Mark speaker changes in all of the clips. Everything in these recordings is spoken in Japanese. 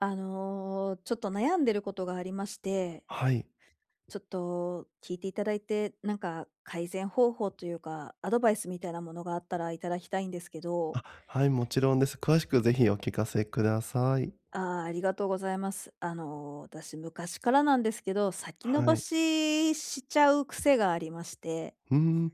Speaker 1: ちょっと悩んでることがありまして、
Speaker 2: はい。
Speaker 1: ちょっと聞いていただいて、なんか改善方法というか、アドバイスみたいなものがあったらいただきたいんですけど、
Speaker 2: あ、はい、もちろんです。詳しくぜひお聞かせください。
Speaker 1: ああ、ありがとうございます。私昔からなんですけど、先延
Speaker 2: は
Speaker 1: ば
Speaker 2: い。
Speaker 1: ししちゃう癖がありまして。
Speaker 2: うーん。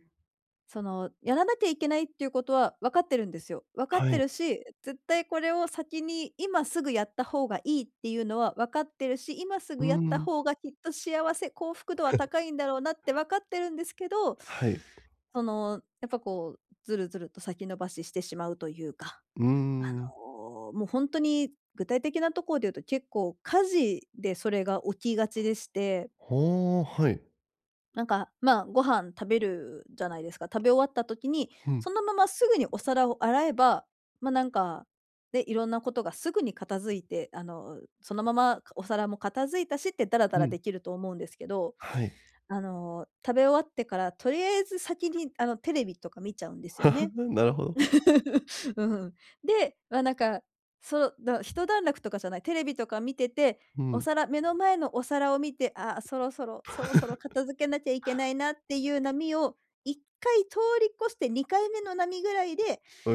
Speaker 1: その、やらなきゃいけないっていうことは分かってるんですよ。分か
Speaker 2: は
Speaker 1: って
Speaker 2: い。
Speaker 1: るし、絶対これを先に今すぐやった方がいいっていうのは分かってるし、今す
Speaker 2: う
Speaker 1: ぐ
Speaker 2: ー
Speaker 1: やった
Speaker 2: ん。
Speaker 1: 方がきっと幸せ、幸福度は高 いんだろうなって分かってるんですけど、
Speaker 2: はい。
Speaker 1: その、やっぱこう、ずるずると先延ばししてしまうというか、
Speaker 2: うーん。
Speaker 1: もう本当に具体的なところで言うと、結構火事でそれが起きがちでして、
Speaker 2: ほお、はい。
Speaker 1: ご飯食べるじゃないですか。食べ終わった時に、
Speaker 2: うん、
Speaker 1: そのまますぐにお皿を洗えば、まあ、なんか、いろんなことがすぐに片付いて、そのままお皿も片付いたしってダラダ
Speaker 2: う
Speaker 1: ラ
Speaker 2: ん。
Speaker 1: できると思うんですけど、
Speaker 2: はい。
Speaker 1: 食べ終わってからとりあえず先にあのテレビとか見ちゃうんですよね。
Speaker 2: なるほど。
Speaker 1: うん。で、まあ、なんか、そうだ一段落とかじゃない、テレビとか見てて、
Speaker 2: うん。
Speaker 1: 目の前のお皿を見て、あーそろそろ片付けなきゃいけないなっていう波を1回通り越して2回目の波ぐらいで、
Speaker 2: え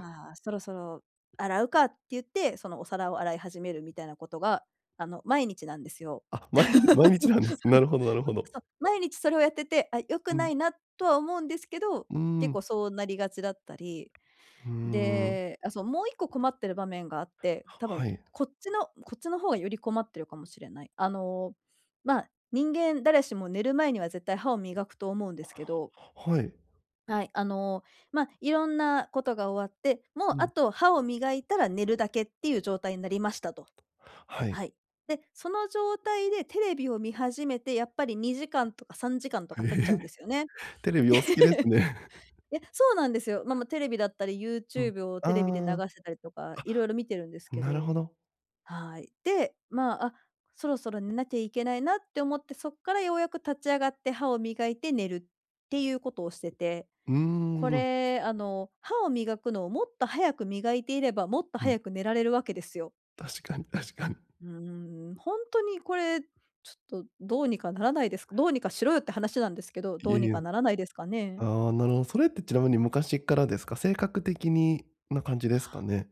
Speaker 2: え。
Speaker 1: あ、そろそろ洗うかって言って、そのお皿を洗い始めるみたいなことが、毎日なんですよ。
Speaker 2: あ、毎日毎日なんです。なるほどなるほど。
Speaker 1: そう、毎日それをやってて、あ、良く
Speaker 2: う
Speaker 1: な
Speaker 2: ん。
Speaker 1: いなとは思うんですけど、
Speaker 2: うー
Speaker 1: 結
Speaker 2: ん。
Speaker 1: 構そうなりがちだったり、
Speaker 2: うーん。
Speaker 1: で、あ、そう、もう一個困ってる場面があって、多分
Speaker 2: はい。
Speaker 1: こっちの方がより困ってるかもしれない。人間誰しも寝る前には絶対歯を磨くと思うんですけど、
Speaker 2: はい。
Speaker 1: はい、いろんなことが終わって、もう
Speaker 2: う
Speaker 1: あ
Speaker 2: ん。
Speaker 1: と歯を磨いたら寝るだけっていう状態になりましたと。
Speaker 2: は
Speaker 1: は
Speaker 2: い。
Speaker 1: い。で、その状態でテレビを見始めて、やっぱり2時間とか3時間と
Speaker 2: え
Speaker 1: か経っちゃう
Speaker 2: え
Speaker 1: んですよね。
Speaker 2: テレビお好きですね。
Speaker 1: いや、そうなんですよ。テレビだったり、
Speaker 2: うん。
Speaker 1: YouTube をテレビで流
Speaker 2: あ
Speaker 1: してたりとか、いろいろ見てるんです
Speaker 2: あ、
Speaker 1: け
Speaker 2: なる
Speaker 1: ど、
Speaker 2: ほど。
Speaker 1: はい。で、まあ、あ、そろそろ寝なきゃいけないなって思って、そっからようやく立ち上がって歯を磨いて寝るっていうことをしてて、
Speaker 2: うー
Speaker 1: こ
Speaker 2: ん、
Speaker 1: れ、歯を磨くのをもっと早く磨いていれば、もっと
Speaker 2: うん。
Speaker 1: 早く寝られるわけですよ。
Speaker 2: 確かに確かに。
Speaker 1: うーん、本当にこれ、ちょっとどうにかならないですかどうにかしろよって話なんですけど、
Speaker 2: い
Speaker 1: どう
Speaker 2: えい
Speaker 1: にかな
Speaker 2: え。
Speaker 1: らないですかね？
Speaker 2: ああ、なるほど。それってちなみに昔からですか？性格的にな感じですかね？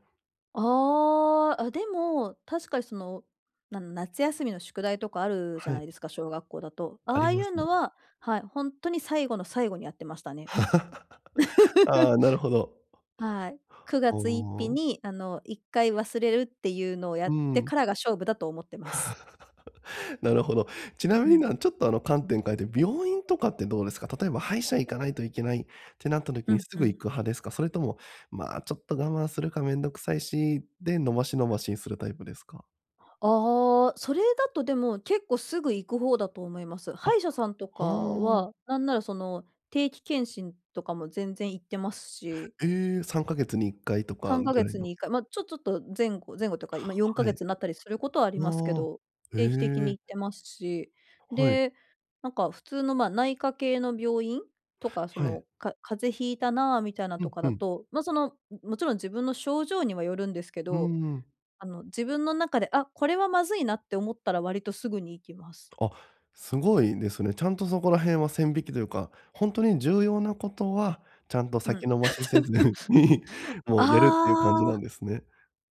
Speaker 1: ああ、あ、でも、確かにその、な夏休みの宿題とかあるじゃ
Speaker 2: は
Speaker 1: な
Speaker 2: い、
Speaker 1: いですか、小学校だと。
Speaker 2: あ
Speaker 1: ああ
Speaker 2: り
Speaker 1: い
Speaker 2: ま
Speaker 1: う
Speaker 2: すね。
Speaker 1: のは、はい、本当に最後の最後にやってましたね。
Speaker 2: ああ、なるほど。
Speaker 1: はい。9
Speaker 2: お
Speaker 1: 月1日
Speaker 2: お。
Speaker 1: に、1回忘れるっていうのをや
Speaker 2: う
Speaker 1: って
Speaker 2: ん、
Speaker 1: からが勝負だと思ってます。
Speaker 2: なるほど。ちな
Speaker 1: う
Speaker 2: みに
Speaker 1: ん。
Speaker 2: ちょっとあの観点変えて、病院とかってどうですか？例えば歯医者行かないといけないってなった時
Speaker 1: う
Speaker 2: に
Speaker 1: ん
Speaker 2: す
Speaker 1: う
Speaker 2: ぐ行
Speaker 1: ん。
Speaker 2: く派ですか？それとも、まあ、ちょっと我慢するかめんどくさいし、で、延ばし延ばしにするタイプですか？
Speaker 1: ああ、それだとでも結構すぐ行く方だと思います。
Speaker 2: あ、
Speaker 1: 歯医者さんとか
Speaker 2: は
Speaker 1: は、
Speaker 2: あ。
Speaker 1: なんならその、定期検診とかも全然行ってますし、
Speaker 2: ええ、3ヶ月に1回とか
Speaker 1: 3
Speaker 2: ぐ
Speaker 1: ヶ
Speaker 2: らい
Speaker 1: 月に
Speaker 2: の
Speaker 1: 1回、まあ、ちょっと前後というか、今4
Speaker 2: は
Speaker 1: ヶ
Speaker 2: い。
Speaker 1: 月になったりすることはありますけ
Speaker 2: ああ。
Speaker 1: ど、
Speaker 2: え
Speaker 1: 定期的に
Speaker 2: え、
Speaker 1: 行ってますし、
Speaker 2: はい、
Speaker 1: で、なんか普通の、ま、内科系の病院とか、そ
Speaker 2: はい。
Speaker 1: の、か風邪ひいたなあみたいな
Speaker 2: う
Speaker 1: と
Speaker 2: ん
Speaker 1: か
Speaker 2: う
Speaker 1: だ
Speaker 2: ん。
Speaker 1: と、もちろん自分の症状にはよるんですけ
Speaker 2: うー
Speaker 1: ど、
Speaker 2: ん。
Speaker 1: 自分の中で、あ、これはまずいなって思ったら割とすぐに行きます。
Speaker 2: あ、すごいですね。ちゃんとそこら辺は線引きというか、ほんとに重要なことは、ちゃんと
Speaker 1: うん。
Speaker 2: 先延ばしせずに、も
Speaker 1: あ
Speaker 2: うやるっていう感じなん
Speaker 1: あ。
Speaker 2: ですね。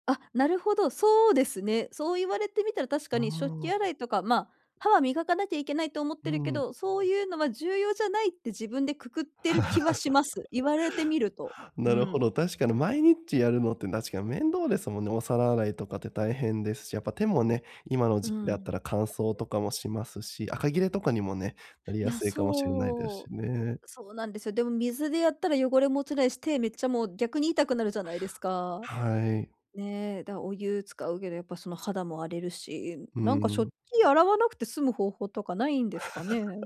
Speaker 1: あ、なるほど、そうですね。そう言われてみたら確
Speaker 2: あ
Speaker 1: かに食器
Speaker 2: あ、
Speaker 1: 洗いとか、まあ、歯は磨かなきゃいけないと思っ
Speaker 2: う
Speaker 1: てるけ
Speaker 2: ん。
Speaker 1: ど、そういうのは重要じゃないって自分でくくってる気はします。言われてみると。う
Speaker 2: なるほ
Speaker 1: ん。
Speaker 2: ど、確かに毎日やるのって確かに面倒ですもんね。お皿洗いとかって大変ですし、やっぱ手もね、今の
Speaker 1: う
Speaker 2: 時期だっ
Speaker 1: ん。
Speaker 2: たら乾燥とかもしますし、赤切れとかにもね、なり
Speaker 1: い
Speaker 2: や
Speaker 1: や、
Speaker 2: すいかもしれないです
Speaker 1: そう。
Speaker 2: しね。
Speaker 1: そうなんですよ。でも水でやったら汚れも落ちないし、手めっちゃもう逆に痛くなるじゃないですか。
Speaker 2: はい。
Speaker 1: ねえ、だ、お湯使うけどやっぱその肌も荒れるし、
Speaker 2: う
Speaker 1: なんか食
Speaker 2: ん。
Speaker 1: 器洗わなくて済む方法とかないんですかね？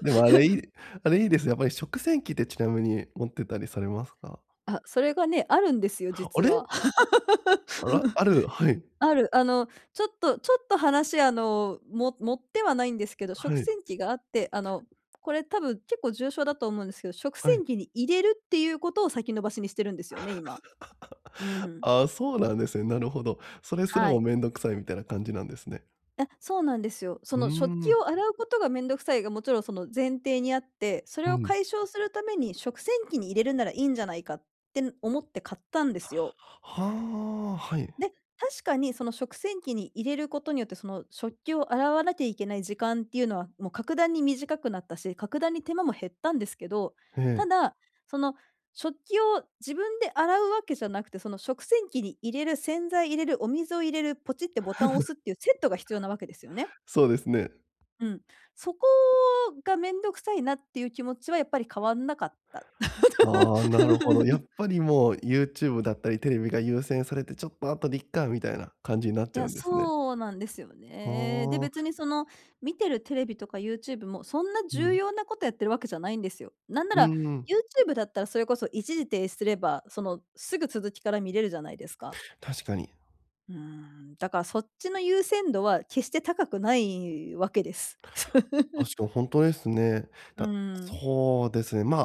Speaker 2: でもあれいいですね。やっぱり食洗機ってちなみに持ってたりされますか？
Speaker 1: あ、それがね、あるんですよ、
Speaker 2: あ
Speaker 1: 実
Speaker 2: れ？
Speaker 1: は。
Speaker 2: あら、ある、はい、
Speaker 1: ある。あの、ちょっとちょっと話、あの、も持ってはないんですけど、
Speaker 2: は
Speaker 1: 食
Speaker 2: い、
Speaker 1: 洗機があって、これ多分結構重症だと思うんですけど、食
Speaker 2: は
Speaker 1: 洗
Speaker 2: い。
Speaker 1: 機に入れるっていうことを先延ばしにしてるんですよね、今。うんうん。
Speaker 2: ああ、そうなんですね。なるほど。それすら
Speaker 1: は
Speaker 2: も
Speaker 1: い。
Speaker 2: 面倒くさいみたいな感じなんですね。
Speaker 1: あ、そうなんですよ。そ
Speaker 2: うー
Speaker 1: の食器
Speaker 2: ん、
Speaker 1: を洗うことがめんどくさいがもちろんその前提にあって、それ
Speaker 2: う
Speaker 1: を
Speaker 2: ん。
Speaker 1: 解消するために食洗機に入れるならいいんじゃないかって思って買ったんですよ。
Speaker 2: はあ、はい。
Speaker 1: で、確かにその食洗機に入れることによって、その食器を洗わなきゃいけない時間っていうのは、もう格段に短くなったし、格段に手間も減ったんですけど、
Speaker 2: え
Speaker 1: た
Speaker 2: え、
Speaker 1: だ、その食器を自分で洗うわけじゃなくて、その食洗機に入れる、洗剤入れる、お水を入れる、ポチってボタンを押すっていうセットが必要なわけですよね。
Speaker 2: そうですね。
Speaker 1: うん。そこが面倒くさいなっていう気持ちはやっぱり変わんなかった。
Speaker 2: ああ、なるほど。やっ ぱりもう YouTube だったりテレビが優先されて、ちょっと後でいっかみたいな感じになっ
Speaker 1: い
Speaker 2: ちゃ
Speaker 1: や、
Speaker 2: うんですね。
Speaker 1: そうなんですよね。で、
Speaker 2: は
Speaker 1: 別
Speaker 2: あ、
Speaker 1: にその、見てるテレビとか YouTube もそんな
Speaker 2: う
Speaker 1: 重
Speaker 2: ん、
Speaker 1: 要なことやってるわけじゃないんですよ。なんな
Speaker 2: う
Speaker 1: ら
Speaker 2: ん、
Speaker 1: YouTube だったらそれこそ一時停止すれば、その、すぐ続きから見れるじゃないですか。
Speaker 2: 確かに。
Speaker 1: うーん、だからそっちの優先度は決して高くないわけです。
Speaker 2: 確かに本当ですね。
Speaker 1: う
Speaker 2: だ
Speaker 1: ーん、
Speaker 2: そうですね、ま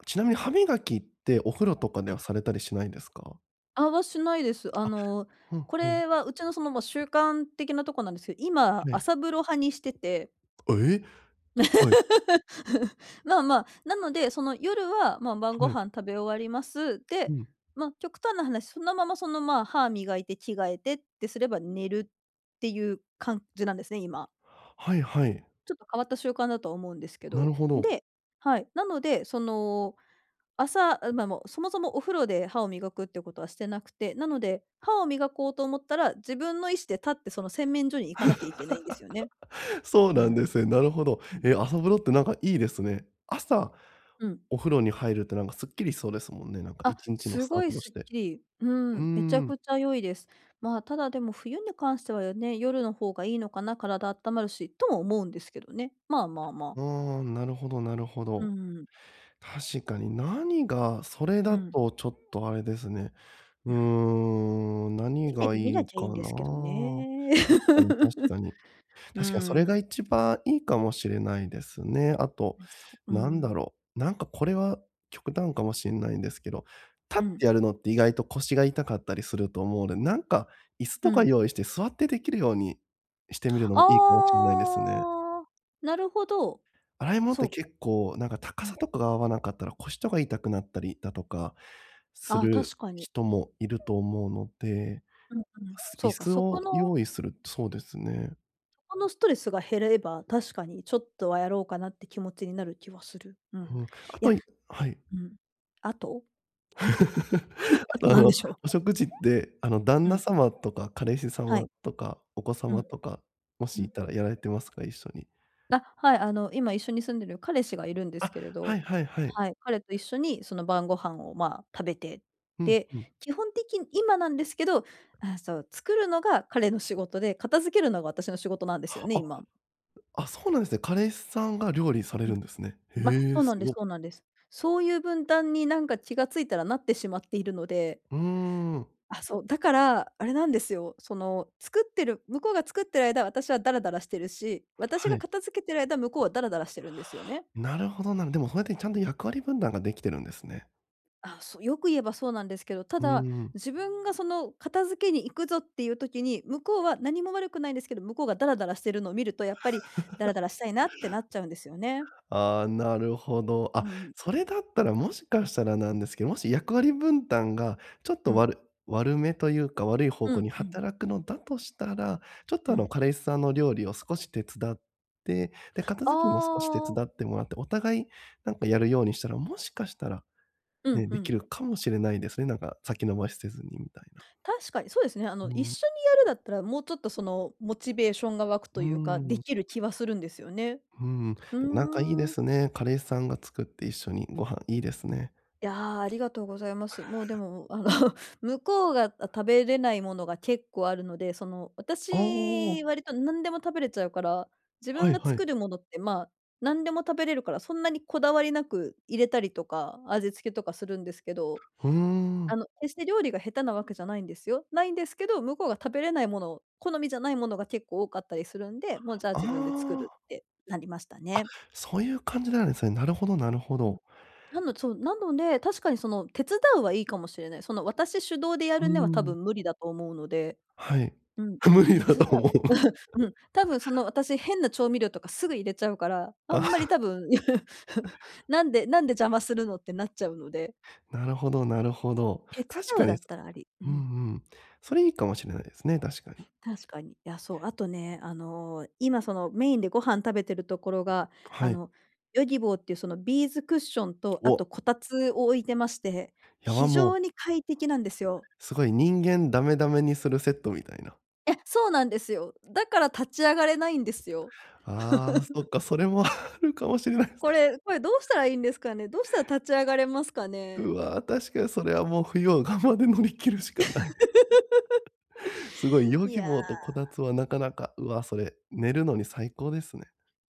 Speaker 2: あ、ちなみに歯磨きってお風呂とか
Speaker 1: は
Speaker 2: で
Speaker 1: い。
Speaker 2: はされたりしないですか？
Speaker 1: あ、はしないです。
Speaker 2: ふん
Speaker 1: こ
Speaker 2: ふん、
Speaker 1: れはうちのその、ま、習慣的なとこなんですけど、今
Speaker 2: はい。
Speaker 1: 朝風呂派にしてて
Speaker 2: えはい
Speaker 1: まあまあ、なので、その夜は、まあ、晩ご
Speaker 2: はい。
Speaker 1: 飯食べ終わります。
Speaker 2: う
Speaker 1: で、
Speaker 2: ん。
Speaker 1: まあ、極端な話、そのままその、まあ、歯磨いて着替えてってすれば寝るっていう感じなんですね、今。
Speaker 2: はいはい。
Speaker 1: ちょっと変わった習慣だとは思うんですけ
Speaker 2: な
Speaker 1: ど。
Speaker 2: るほど。
Speaker 1: で、はい。なので、その、朝、まあ、もうそもそもお風呂で歯を磨くってことはしてなくて、なので、歯を磨こうと思ったら、自分の意思で立ってその洗面所に行かなきゃいけないんですよね。
Speaker 2: そう
Speaker 1: うん。
Speaker 2: なんです
Speaker 1: う
Speaker 2: ね。なるほど。
Speaker 1: ん。
Speaker 2: え、朝風呂ってなんかいいですね。朝、
Speaker 1: うん。
Speaker 2: お風呂に入るってなんかすっきりしそうですもんね、なんか
Speaker 1: あ、
Speaker 2: 1日の
Speaker 1: す
Speaker 2: スタ
Speaker 1: ご
Speaker 2: ー
Speaker 1: い
Speaker 2: トと
Speaker 1: す
Speaker 2: し
Speaker 1: っ
Speaker 2: て。
Speaker 1: きり。う
Speaker 2: うー
Speaker 1: ん、めちゃ
Speaker 2: ん。
Speaker 1: くちゃ良いです。まあ、ただでも冬に関してはよね、夜の方がいいのかな、体温まるし、とも思うんですけどね。まあまあまあ。
Speaker 2: ああ、なるほどなるほ
Speaker 1: う
Speaker 2: ど。
Speaker 1: んうん、
Speaker 2: 確かに、何がそれ
Speaker 1: う
Speaker 2: だ
Speaker 1: ん、
Speaker 2: とちょっとあれですね。うーん、何
Speaker 1: テレ
Speaker 2: が
Speaker 1: ビ見
Speaker 2: い
Speaker 1: な
Speaker 2: い
Speaker 1: きゃい
Speaker 2: か
Speaker 1: いんですけど
Speaker 2: な。
Speaker 1: ね。
Speaker 2: 確かに確 かに。
Speaker 1: う
Speaker 2: 確かにそれ
Speaker 1: ん。
Speaker 2: が一番いいかもしれないですね。あと、
Speaker 1: ん、そう、う
Speaker 2: なんだ
Speaker 1: ん、
Speaker 2: ろう、なんかこれは極端かもしれないんですけど、
Speaker 1: う
Speaker 2: 立っ
Speaker 1: ん、
Speaker 2: てやるのって意外と腰が痛かったりすると思うので、なんか椅子
Speaker 1: う
Speaker 2: とか
Speaker 1: ん。
Speaker 2: 用意して座ってできるようにしてみるのもいいかもしれないですね。
Speaker 1: ああ、なるほど。
Speaker 2: 洗い物っ
Speaker 1: そ
Speaker 2: て
Speaker 1: う、
Speaker 2: 結構、なんか高
Speaker 1: う
Speaker 2: さ
Speaker 1: ん。
Speaker 2: とかが合わなかったら腰とか痛くなったりだとかす
Speaker 1: ああ、
Speaker 2: る
Speaker 1: 確かに。
Speaker 2: 人もいると思うので、
Speaker 1: うんうん。そ
Speaker 2: 椅
Speaker 1: うか、
Speaker 2: 子
Speaker 1: そこ
Speaker 2: を
Speaker 1: の
Speaker 2: 用意するそうですね。
Speaker 1: このストレスが減れば、確かにちょっとはやろうかなって気持ちになる気はする。うん。い
Speaker 2: うん。あ
Speaker 1: や、
Speaker 2: といはい。
Speaker 1: うん。あと？あ
Speaker 2: あ
Speaker 1: と
Speaker 2: とあ
Speaker 1: なんで
Speaker 2: の、
Speaker 1: しょう？
Speaker 2: お食事って、あの、旦
Speaker 1: う
Speaker 2: 那
Speaker 1: ん。
Speaker 2: 様とか彼氏
Speaker 1: は
Speaker 2: 様
Speaker 1: い。
Speaker 2: とかお子
Speaker 1: う
Speaker 2: 様
Speaker 1: ん。
Speaker 2: とか、も
Speaker 1: う
Speaker 2: しい
Speaker 1: ん。
Speaker 2: たらやられてますか？一緒に。
Speaker 1: あ、はい、今一緒に住んでる彼氏がいるんです
Speaker 2: あ、
Speaker 1: けれ
Speaker 2: は
Speaker 1: ど、
Speaker 2: いはいはい。
Speaker 1: はい、彼と一緒にその晩ご飯を、まあ、食べて、
Speaker 2: うん
Speaker 1: で、
Speaker 2: うん。
Speaker 1: 基本的に今なんですけど、あ、そう、作るのが彼の仕事で、片付けるのが私の仕事なんですよね、
Speaker 2: は、
Speaker 1: 今。
Speaker 2: あ、あ、そうなんですね。彼氏さんが料理され
Speaker 1: うん。
Speaker 2: るんですね。へ
Speaker 1: ま、そ
Speaker 2: え、
Speaker 1: うな
Speaker 2: す
Speaker 1: んで
Speaker 2: ご
Speaker 1: す
Speaker 2: っ。
Speaker 1: そうなんです。そういう分担になんか気が付いたらなってしまっているので、
Speaker 2: うーん。
Speaker 1: あ、そう、だから、あれなんですよ。その、作ってる間、私はダラダラしてるし、私
Speaker 2: は
Speaker 1: が
Speaker 2: い。
Speaker 1: 片付けてる間、向こうはダラダラしてるんですよね。
Speaker 2: なるほど。でもそうやってちゃんと役割分担ができてるんですね。
Speaker 1: あ、そう、よく言えばそうなんですけど、た
Speaker 2: うー
Speaker 1: だ、
Speaker 2: ん。
Speaker 1: 自分がその片付けに行くぞっていう時に、向こうは何も悪くないんですけど、向こうがダラダラしてるのを見ると、やっぱりダラダラしたいなってなっちゃうんですよね。
Speaker 2: ああ、なるほど。
Speaker 1: う
Speaker 2: あ、
Speaker 1: ん、
Speaker 2: それだったらもしかしたらなんですけど、もし役割分担がちょっ
Speaker 1: う
Speaker 2: と
Speaker 1: ん、
Speaker 2: 悪めというか、悪い方
Speaker 1: う
Speaker 2: 向
Speaker 1: ん
Speaker 2: に
Speaker 1: うん、
Speaker 2: 働くのだとしたら、ちょっと
Speaker 1: う
Speaker 2: あの
Speaker 1: ん。
Speaker 2: 彼氏さんの料理を少し手伝って、で、片
Speaker 1: あ
Speaker 2: 付けも少し手
Speaker 1: あ、
Speaker 2: 伝ってもらって、お互いなんかやるようにしたら、もしかしたら
Speaker 1: うん
Speaker 2: ね、
Speaker 1: う
Speaker 2: でき
Speaker 1: ん。
Speaker 2: るかもしれないですね。なんか先延ばしせずにみたいな。
Speaker 1: 確かに、そうですね。
Speaker 2: う
Speaker 1: 一
Speaker 2: ん。
Speaker 1: 緒にやるだったら、もうちょっとその、モチベーションが湧く
Speaker 2: う
Speaker 1: と
Speaker 2: ー
Speaker 1: いうか、で
Speaker 2: ん。
Speaker 1: きる気はするんですよね。
Speaker 2: うん、
Speaker 1: うー
Speaker 2: でもなんかいいで
Speaker 1: ん。
Speaker 2: すね。彼氏さんが作って一緒にご飯、いいですね。
Speaker 1: いやー、ありがとうございます。もうでも、向こうが食べれないものが結構あるので、その、
Speaker 2: ああ、
Speaker 1: 私、割と何でも食べれちゃうから、自
Speaker 2: は
Speaker 1: 分
Speaker 2: い
Speaker 1: が
Speaker 2: はい。
Speaker 1: 作るものって、まあ、何でも食べれるから、そんなにこだわりなく入れたりとか、味付けとかするんですけど、
Speaker 2: うーん。
Speaker 1: 決して料理が下手なわけじゃないんですよ。ないんですけど、向こうが食べれないものを好みじゃないものが結構多かったりするんで、もうじゃあ
Speaker 2: あ
Speaker 1: 自分で作る
Speaker 2: あ、
Speaker 1: ってなりましたね。
Speaker 2: そういう感じなんですね。なるほどなるほ
Speaker 1: うん。
Speaker 2: ど。
Speaker 1: なのそう、なので、確かにその手伝うはいいかもしれない。その私主導でや
Speaker 2: う
Speaker 1: るねは多
Speaker 2: ーん、
Speaker 1: 分無理だと思うので、
Speaker 2: はい。
Speaker 1: うん う
Speaker 2: 無
Speaker 1: ん、
Speaker 2: 理
Speaker 1: 手
Speaker 2: だ
Speaker 1: 伝
Speaker 2: と
Speaker 1: う。
Speaker 2: 思う。
Speaker 1: うん、多分その私変な調味料とかすぐ入れちゃうか ら、あんまり
Speaker 2: あ、
Speaker 1: 多分 なんで邪魔するのってなっちゃうので、
Speaker 2: なるほどなるほど。
Speaker 1: 手
Speaker 2: 確
Speaker 1: 伝う
Speaker 2: か
Speaker 1: だ
Speaker 2: に、
Speaker 1: ったらあり。うん。
Speaker 2: んうん。それいいかもしれないですね、確かに。
Speaker 1: 確かに。いや、そう、あとね、今そのメインでご飯食べてるところが、あ
Speaker 2: はい。
Speaker 1: の、ヨギボーっていうそのビーズクッションと、あと
Speaker 2: お、
Speaker 1: こたつを置いてまして、
Speaker 2: や
Speaker 1: 非
Speaker 2: ば、
Speaker 1: 常
Speaker 2: もう、
Speaker 1: に快適なんですよ。
Speaker 2: すごい人間ダメダメにするセットみたいな。
Speaker 1: え、そうなんですよ。だから立ち上がれないんですよ。
Speaker 2: ああ、そっか、それも あるかもしれない。
Speaker 1: これどうしたらいいんですかね？どうしたら立ち上がれますかね？
Speaker 2: うわ、確かにそれはもう冬を我慢で乗り切るしかない。すごいヨ
Speaker 1: い
Speaker 2: ギ
Speaker 1: や
Speaker 2: ボーと
Speaker 1: ー。
Speaker 2: こたつはなかなか、うわ、それ、寝るのに最高ですね。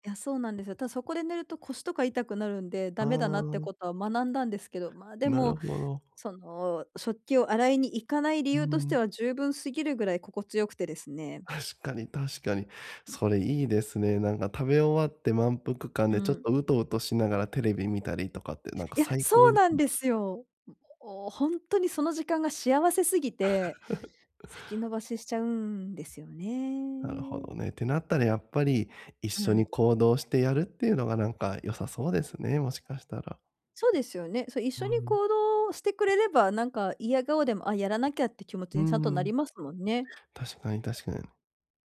Speaker 1: いや、そうなんですよ。ただそこで寝ると腰とか痛くなるんで、ダ
Speaker 2: あ
Speaker 1: メだなって
Speaker 2: あ、
Speaker 1: ことは学んだんですけど、まあ、で
Speaker 2: な
Speaker 1: も
Speaker 2: るほど。
Speaker 1: その、食器を洗いに行かない理
Speaker 2: う
Speaker 1: 由として
Speaker 2: ん。
Speaker 1: は十分すぎるぐらい心地よくてですね。
Speaker 2: 確かに確かに。それいいですね。なんか食べ終わって満腹感
Speaker 1: う
Speaker 2: でちょっ
Speaker 1: ん。
Speaker 2: とうとうとしながらテレビ見たりとかってなんか
Speaker 1: いや、
Speaker 2: 最
Speaker 1: そ
Speaker 2: 高
Speaker 1: う
Speaker 2: です
Speaker 1: なん
Speaker 2: ね。
Speaker 1: ですよ。おほんとにその時間が幸せすぎて、先延ばししちゃうんですよ
Speaker 2: なるほ
Speaker 1: ね。
Speaker 2: どね。ってなったらやっぱり一
Speaker 1: う
Speaker 2: 緒に
Speaker 1: ん。
Speaker 2: 行動してやるっていうのがなんか良さそうですね、もしかしたら。
Speaker 1: そうですよね。そう、一緒
Speaker 2: う
Speaker 1: に
Speaker 2: ん。
Speaker 1: 行動してくれれば、なんか嫌顔でも、あ、やらなきゃって気持ち
Speaker 2: う
Speaker 1: にちゃんとな
Speaker 2: ん。
Speaker 1: りますもんね。
Speaker 2: 確かに確かに。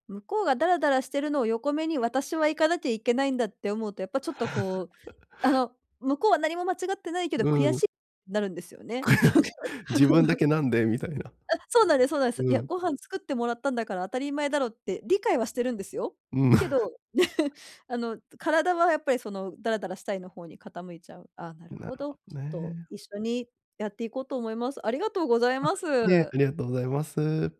Speaker 1: 向こうがダラダラしてるのを横目に私は行かなきゃいけないんだって思うと、やっぱちょっとこう、あの、向こうは何も間違ってないけど
Speaker 2: う
Speaker 1: 悔
Speaker 2: ん
Speaker 1: しいなるんですよね。そうか
Speaker 2: 自分だけ なんでみたいな。
Speaker 1: あ、そうなんです。い
Speaker 2: う
Speaker 1: や、
Speaker 2: ん。
Speaker 1: ご飯作ってもらったんだから当たり前だろって理解はしてるんですよ。
Speaker 2: うん。
Speaker 1: け ど、あの、体はやっぱりそのダラダラしたいの方に傾いちゃう。ああ、なる
Speaker 2: な
Speaker 1: ほ
Speaker 2: る
Speaker 1: ど。
Speaker 2: ほ
Speaker 1: ちょ
Speaker 2: ど
Speaker 1: っと
Speaker 2: ね。
Speaker 1: 一緒にやっていこうと思います。ありがとうございます。
Speaker 2: いえ、ありがとうございます。